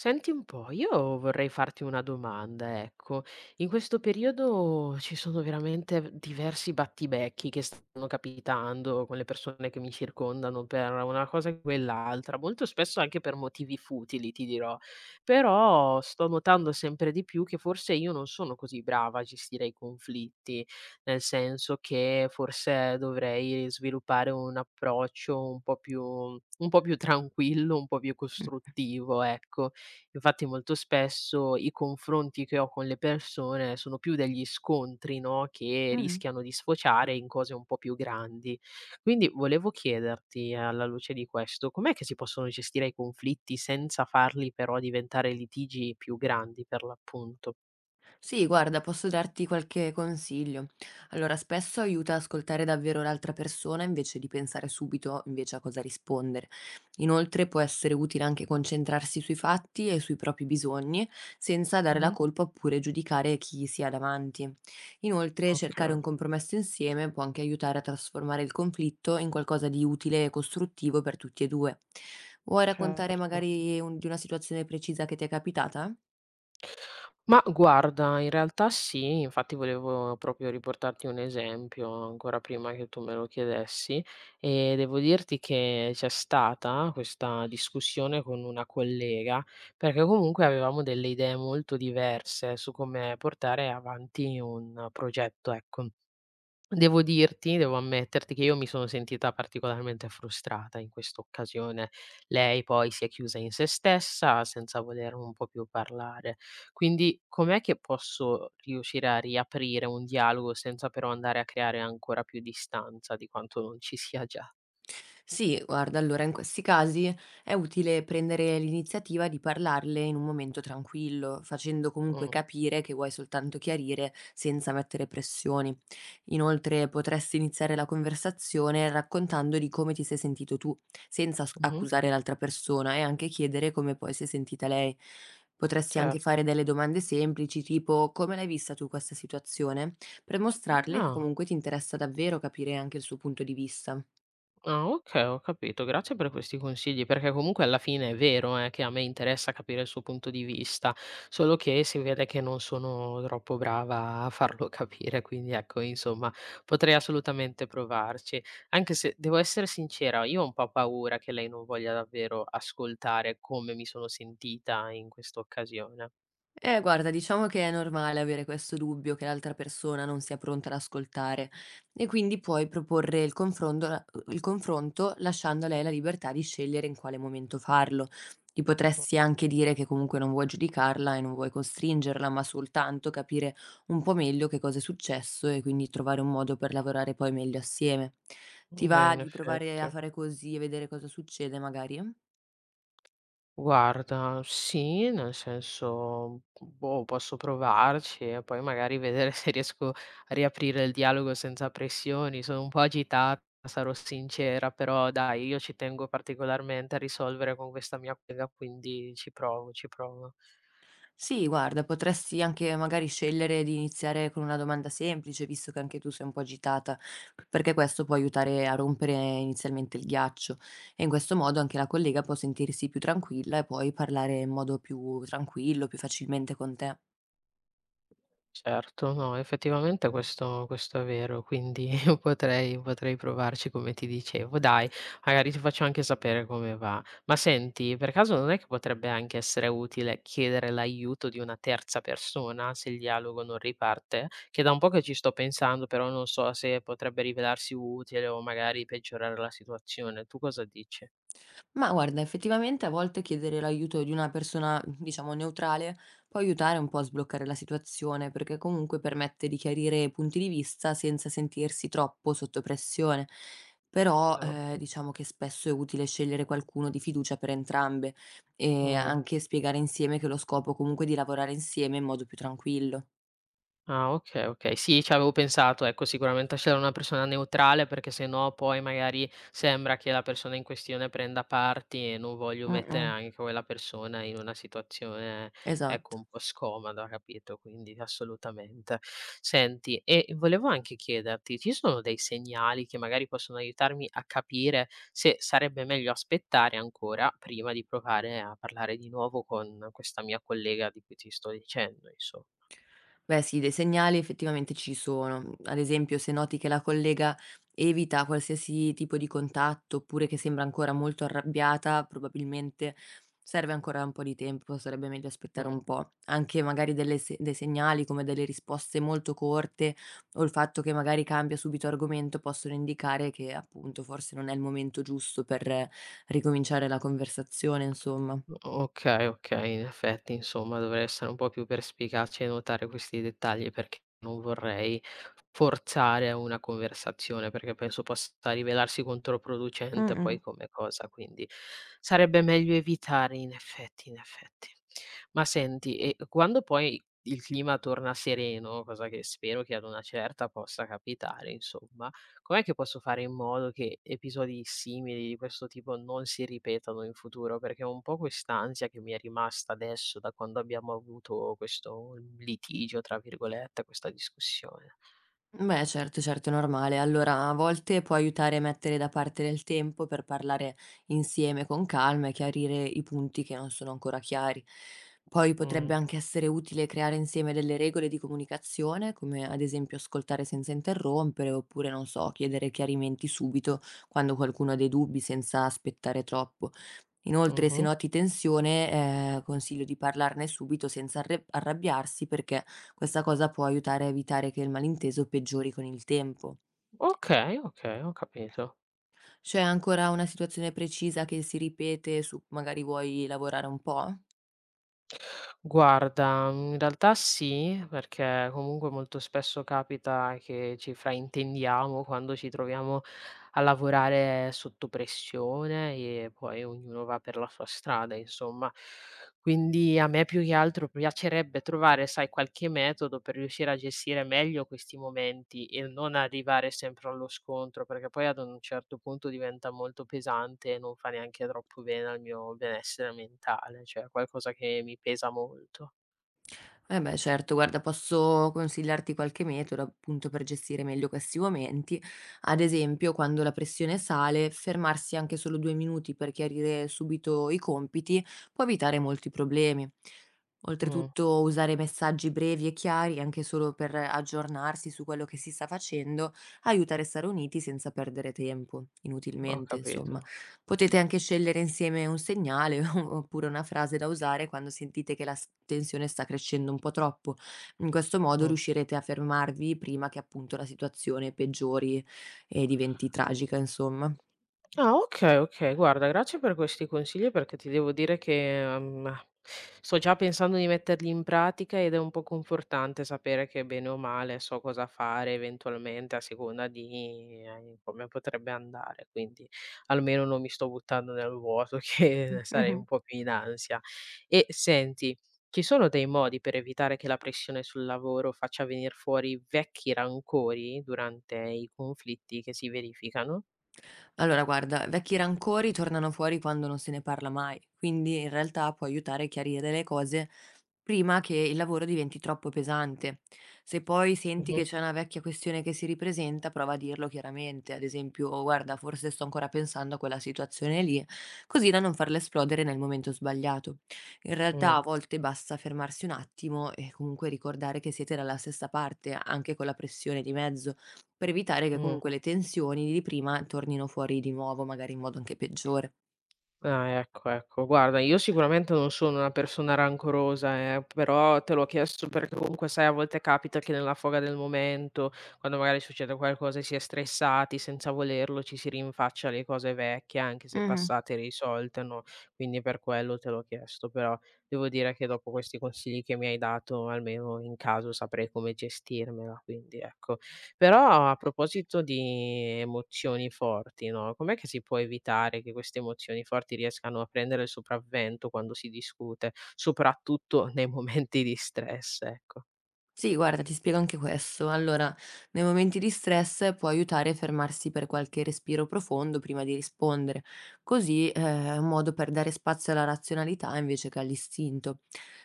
Senti un po', io vorrei farti una domanda, ecco. In questo periodo ci sono veramente diversi battibecchi che stanno capitando con le persone che mi circondano per una cosa e quell'altra, molto spesso anche per motivi futili, ti dirò. Però sto notando sempre di più che forse io non sono così brava a gestire i conflitti, nel senso che forse dovrei sviluppare un approccio un po' più tranquillo, un po' più costruttivo, ecco. Infatti molto spesso i confronti che ho con le persone sono più degli scontri, no, che Mh. rischiano di sfociare in cose un po' più grandi. Quindi volevo chiederti, alla luce di questo, com'è che si possono gestire i conflitti senza farli però diventare litigi più grandi per l'appunto? Sì, guarda, posso darti qualche consiglio. Allora, spesso aiuta a ascoltare davvero l'altra persona invece di pensare subito invece a cosa rispondere. Inoltre può essere utile anche concentrarsi sui fatti e sui propri bisogni, senza dare la Mh-mh, colpa oppure giudicare chi si ha davanti. Inoltre, cercare okay, un compromesso insieme può anche aiutare a trasformare il conflitto in qualcosa di utile e costruttivo per tutti e due. Vuoi raccontare certo. magari di una situazione precisa che ti è capitata? Ma guarda, in realtà sì, infatti volevo proprio riportarti un esempio ancora prima che tu me lo chiedessi e devo dirti che c'è stata questa discussione con una collega perché comunque avevamo delle idee molto diverse su come portare avanti un progetto, ecco. Devo dirti, devo ammetterti che io mi sono sentita particolarmente frustrata in questa occasione. Lei poi si è chiusa in se stessa senza voler un po' più parlare. Quindi com'è che posso riuscire a riaprire un dialogo senza però andare a creare ancora più distanza di quanto non ci sia già? Sì, guarda, allora in questi casi è utile prendere l'iniziativa di parlarle in un momento tranquillo, facendo comunque Mh, capire che vuoi soltanto chiarire senza mettere pressioni. Inoltre potresti iniziare la conversazione raccontando di come ti sei sentito tu, senza mh-mh, accusare l'altra persona e anche chiedere come poi si è sentita lei. Potresti cer anche fare delle domande semplici, tipo come l'hai vista tu questa situazione, per mostrarle che ah. comunque ti interessa davvero capire anche il suo punto di vista. Ah okay, ho capito. Grazie per questi consigli, perché comunque alla fine è vero, che a me interessa capire il suo punto di vista, solo che si vede che non sono troppo brava a farlo capire, quindi ecco, insomma, potrei assolutamente provarci. Anche se devo essere sincera, io ho un po' paura che lei non voglia davvero ascoltare come mi sono sentita in questa occasione. Guarda, diciamo che è normale avere questo dubbio che l'altra persona non sia pronta ad ascoltare e quindi puoi proporre il confronto lasciando a lei la libertà di scegliere in quale momento farlo. Ti Mh, potresti anche dire che comunque non vuoi giudicarla e non vuoi costringerla, ma soltanto capire un po' meglio che cosa è successo e quindi trovare un modo per lavorare poi meglio assieme. Ti beh, va in di provare a effetti. fare così e vedere cosa succede, magari? Guarda, sì, nel senso, boh, posso provarci e poi magari vedere se riesco a riaprire il dialogo senza pressioni. Sono un po' agitata, sarò sincera, però dai, io ci tengo particolarmente a risolvere con questa mia collega, quindi ci provo, ci provo. Sì, guarda, potresti anche magari scegliere di iniziare con una domanda semplice, visto che anche tu sei un po' agitata, perché questo può aiutare a rompere inizialmente il ghiaccio e in questo modo anche la collega può sentirsi più tranquilla e poi parlare in modo più tranquillo, più facilmente con te. Certo, no, effettivamente questo è vero, quindi potrei provarci come ti dicevo. Dai, magari ti faccio anche sapere come va. Ma senti, per caso non è che potrebbe anche essere utile chiedere l'aiuto di una terza persona se il dialogo non riparte? Che da un po' che ci sto pensando, però non so se potrebbe rivelarsi utile o magari peggiorare la situazione. Tu cosa dici? Ma guarda, effettivamente a volte chiedere l'aiuto di una persona, diciamo, neutrale può aiutare un po' a sbloccare la situazione, perché comunque permette di chiarire punti di vista senza sentirsi troppo sotto pressione. Però no, mh. diciamo che spesso è utile scegliere qualcuno di fiducia per entrambe e Mh. anche spiegare insieme che lo scopo comunque è di lavorare insieme in modo più tranquillo. Ah, okay, okay. Sì, ci avevo pensato, ecco, sicuramente a scegliere una persona neutrale perché se no poi magari sembra che la persona in questione prenda parti e non voglio Mm, mettere mm, anche quella persona in una situazione, ecco, esatto. un po' scomoda, capito? Quindi assolutamente. Senti, e volevo anche chiederti, ci sono dei segnali che magari possono aiutarmi a capire se sarebbe meglio aspettare ancora prima di provare a parlare di nuovo con questa mia collega di cui ti sto dicendo, inso Beh sì, dei segnali effettivamente ci sono. Mhmm, ad esempio se noti che la collega evita qualsiasi tipo di contatto, oppure che sembra ancora molto arrabbiata, probabilmente serve ancora un po' di tempo, sarebbe meglio aspettare Mh. un po'. Anche magari delle se dei segnali come delle risposte molto corte, o il fatto che magari cambia subito argomento, possono indicare che appunto forse non è il momento giusto per ricominciare la conversazione, insomma. Okay, okay, in effetti insomma dovrei essere un po' più perspicace e notare questi dettagli perché non vorrei forzare una conversazione, perché penso possa rivelarsi controproducente Mh-mh. poi come cosa, quindi sarebbe meglio evitare in effetti, in effetti. Ma senti, e quando poi il clima torna sereno, cosa che spero che ad una certa possa capitare insomma, com'è che posso fare in modo che episodi simili di questo tipo non si ripetano in futuro? Perché ho un po' quest'ansia che mi è rimasta adesso da quando abbiamo avuto questo "litigio", tra virgolette, questa discussione. Beh, certo, certo, è normale. Allora, a volte può aiutare a mettere da parte del tempo per parlare insieme con calma e chiarire i punti che non sono ancora chiari. Poi Mh, potrebbe anche essere utile creare insieme delle regole di comunicazione, come ad esempio ascoltare senza interrompere, oppure, non so, chiedere chiarimenti subito quando qualcuno ha dei dubbi senza aspettare troppo. Inoltre, se mh-mh. noti tensione, consiglio di parlarne subito senza arrabbiarsi perché questa cosa può aiutare a evitare che il malinteso peggiori con il tempo. Okay, okay, ho capito. C'è ancora una situazione precisa che si ripete su cui magari vuoi lavorare un po'? Guarda, in realtà sì, perché comunque molto spesso capita che ci fraintendiamo quando ci troviamo a lavorare sotto pressione e poi ognuno va per la sua strada, insomma. Quindi a me più che altro piacerebbe trovare, sai, qualche metodo per riuscire a gestire meglio questi momenti e non arrivare sempre allo scontro, perché poi ad un certo punto diventa molto pesante e non fa neanche troppo bene al mio benessere mentale, cioè è qualcosa che mi pesa molto. Eh beh certo, guarda posso consigliarti qualche metodo appunto per gestire meglio questi momenti. Ad esempio, quando la pressione sale, fermarsi anche solo 2 minuti per chiarire subito i compiti può evitare molti problemi. Mh, Oltretutto usare messaggi brevi e chiari, anche solo per aggiornarsi su quello che si sta facendo, aiuta a restare uniti senza perdere tempo, ho inutilmente insomma. capito. Potete anche scegliere insieme un segnale oppure una frase da usare quando sentite che la tensione sta crescendo un po' troppo. In questo modo Mh. riuscirete a fermarvi prima che appunto la situazione peggiori e diventi tragica, insomma. Ah okay, okay. Guarda, grazie per questi consigli perché ti devo dire che, sto già pensando di metterli in pratica ed è un po' confortante sapere che bene o male so cosa fare eventualmente a seconda di come potrebbe andare, quindi almeno non mi sto buttando nel vuoto che sarei un Mhm. po' più in ansia. E senti, ci sono dei modi per evitare che la pressione sul lavoro faccia venir fuori vecchi rancori durante i conflitti che si verificano? Allora guarda, vecchi rancori tornano fuori quando non se ne parla mai, quindi in realtà può aiutare a chiarire le cose prima che il lavoro diventi troppo pesante. Se poi senti Mh-mh. che c'è una vecchia questione che si ripresenta, prova a dirlo chiaramente, ad esempio, "Oh, guarda, forse sto ancora pensando a quella situazione lì, così da non farla esplodere nel momento sbagliato. In Mh, realtà a volte basta fermarsi un attimo e comunque ricordare che siete dalla stessa parte, anche con la pressione di mezzo. Per evitare che mh. comunque le tensioni di prima tornino fuori di nuovo, magari in modo anche peggiore. Ah, ecco, ecco. Guarda, io sicuramente non sono una persona rancorosa, però te l'ho chiesto perché comunque, sai, a volte capita che nella foga del momento, quando magari succede qualcosa e si è stressati, senza volerlo ci si rinfaccia le cose vecchie, anche se Mh-mh. passate e risolte, no, quindi per quello te l'ho chiesto, però devo dire che dopo questi consigli che mi hai dato, almeno in caso saprei come gestirmela, quindi ecco. Però a proposito di emozioni forti, no, com'è che si può evitare che queste emozioni forti riescano a prendere il sopravvento quando si discute, soprattutto nei momenti di stress, ecco? Sì, guarda, ti spiego anche questo. Allora, nei momenti di stress può aiutare a fermarsi per qualche respiro profondo prima di rispondere. Così, è un modo per dare spazio alla razionalità invece che all'istinto.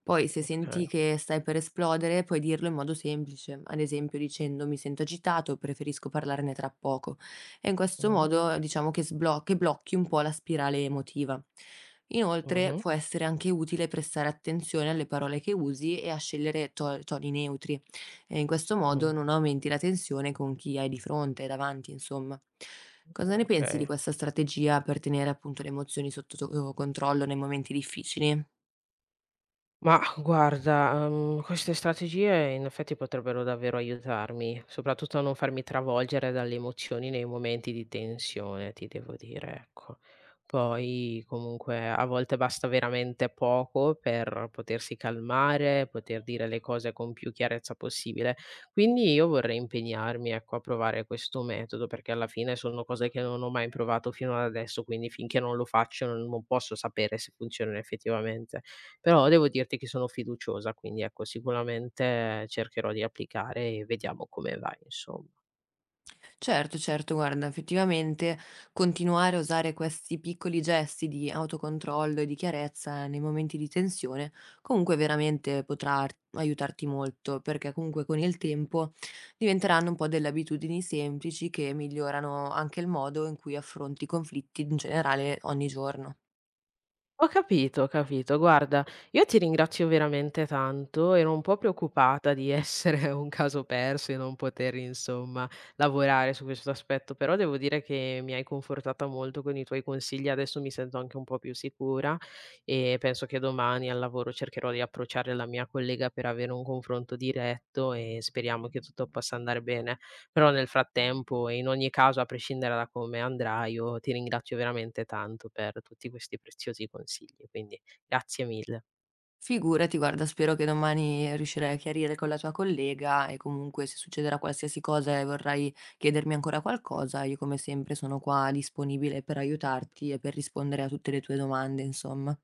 Poi, se Okay. senti che stai per esplodere, puoi dirlo in modo semplice, ad esempio dicendo: "Mi sento agitato, preferisco parlarne tra poco", e in questo Mh-mh. modo diciamo che sblo che blocchi un po' la spirale emotiva. Inoltre Mh-mh. può essere anche utile prestare attenzione alle parole che usi e a scegliere to toni neutri, e in questo Mh. modo non aumenti la tensione con chi hai di fronte, davanti insomma. Cosa ne pensi di Okay. questa strategia per tenere appunto le emozioni sotto to controllo nei momenti difficili? Ma guarda, queste strategie in effetti potrebbero davvero aiutarmi, soprattutto a non farmi travolgere dalle emozioni nei momenti di tensione, ti devo dire, ecco. Poi comunque a volte basta veramente poco per potersi calmare, poter dire le cose con più chiarezza possibile. Quindi io vorrei impegnarmi, ecco, a provare questo metodo, perché alla fine sono cose che non ho mai provato fino ad adesso, quindi finché non lo faccio non posso sapere se funzionano effettivamente. Però devo dirti che sono fiduciosa, quindi ecco sicuramente cercherò di applicare e vediamo come va insomma. Certo, certo, guarda, effettivamente continuare a usare questi piccoli gesti di autocontrollo e di chiarezza nei momenti di tensione comunque veramente potrà aiutarti molto, perché comunque con il tempo diventeranno un po' delle abitudini semplici che migliorano anche il modo in cui affronti i conflitti in generale ogni giorno. Ho capito, ho capito. Guarda, io ti ringrazio veramente tanto, ero un po' preoccupata di essere un caso perso e non poter insomma lavorare su questo aspetto, però devo dire che mi hai confortata molto con i tuoi consigli, adesso mi sento anche un po' più sicura e penso che domani al lavoro cercherò di approcciare la mia collega per avere un confronto diretto e speriamo che tutto possa andare bene. Però nel frattempo e in ogni caso, a prescindere da come andrà, io ti ringrazio veramente tanto per tutti questi preziosi consigli, quindi grazie mille. Figurati, guarda, spero che domani riuscirai a chiarire con la tua collega e comunque se succederà qualsiasi cosa e vorrai chiedermi ancora qualcosa, io come sempre sono qua disponibile per aiutarti e per rispondere a tutte le tue domande, insomma.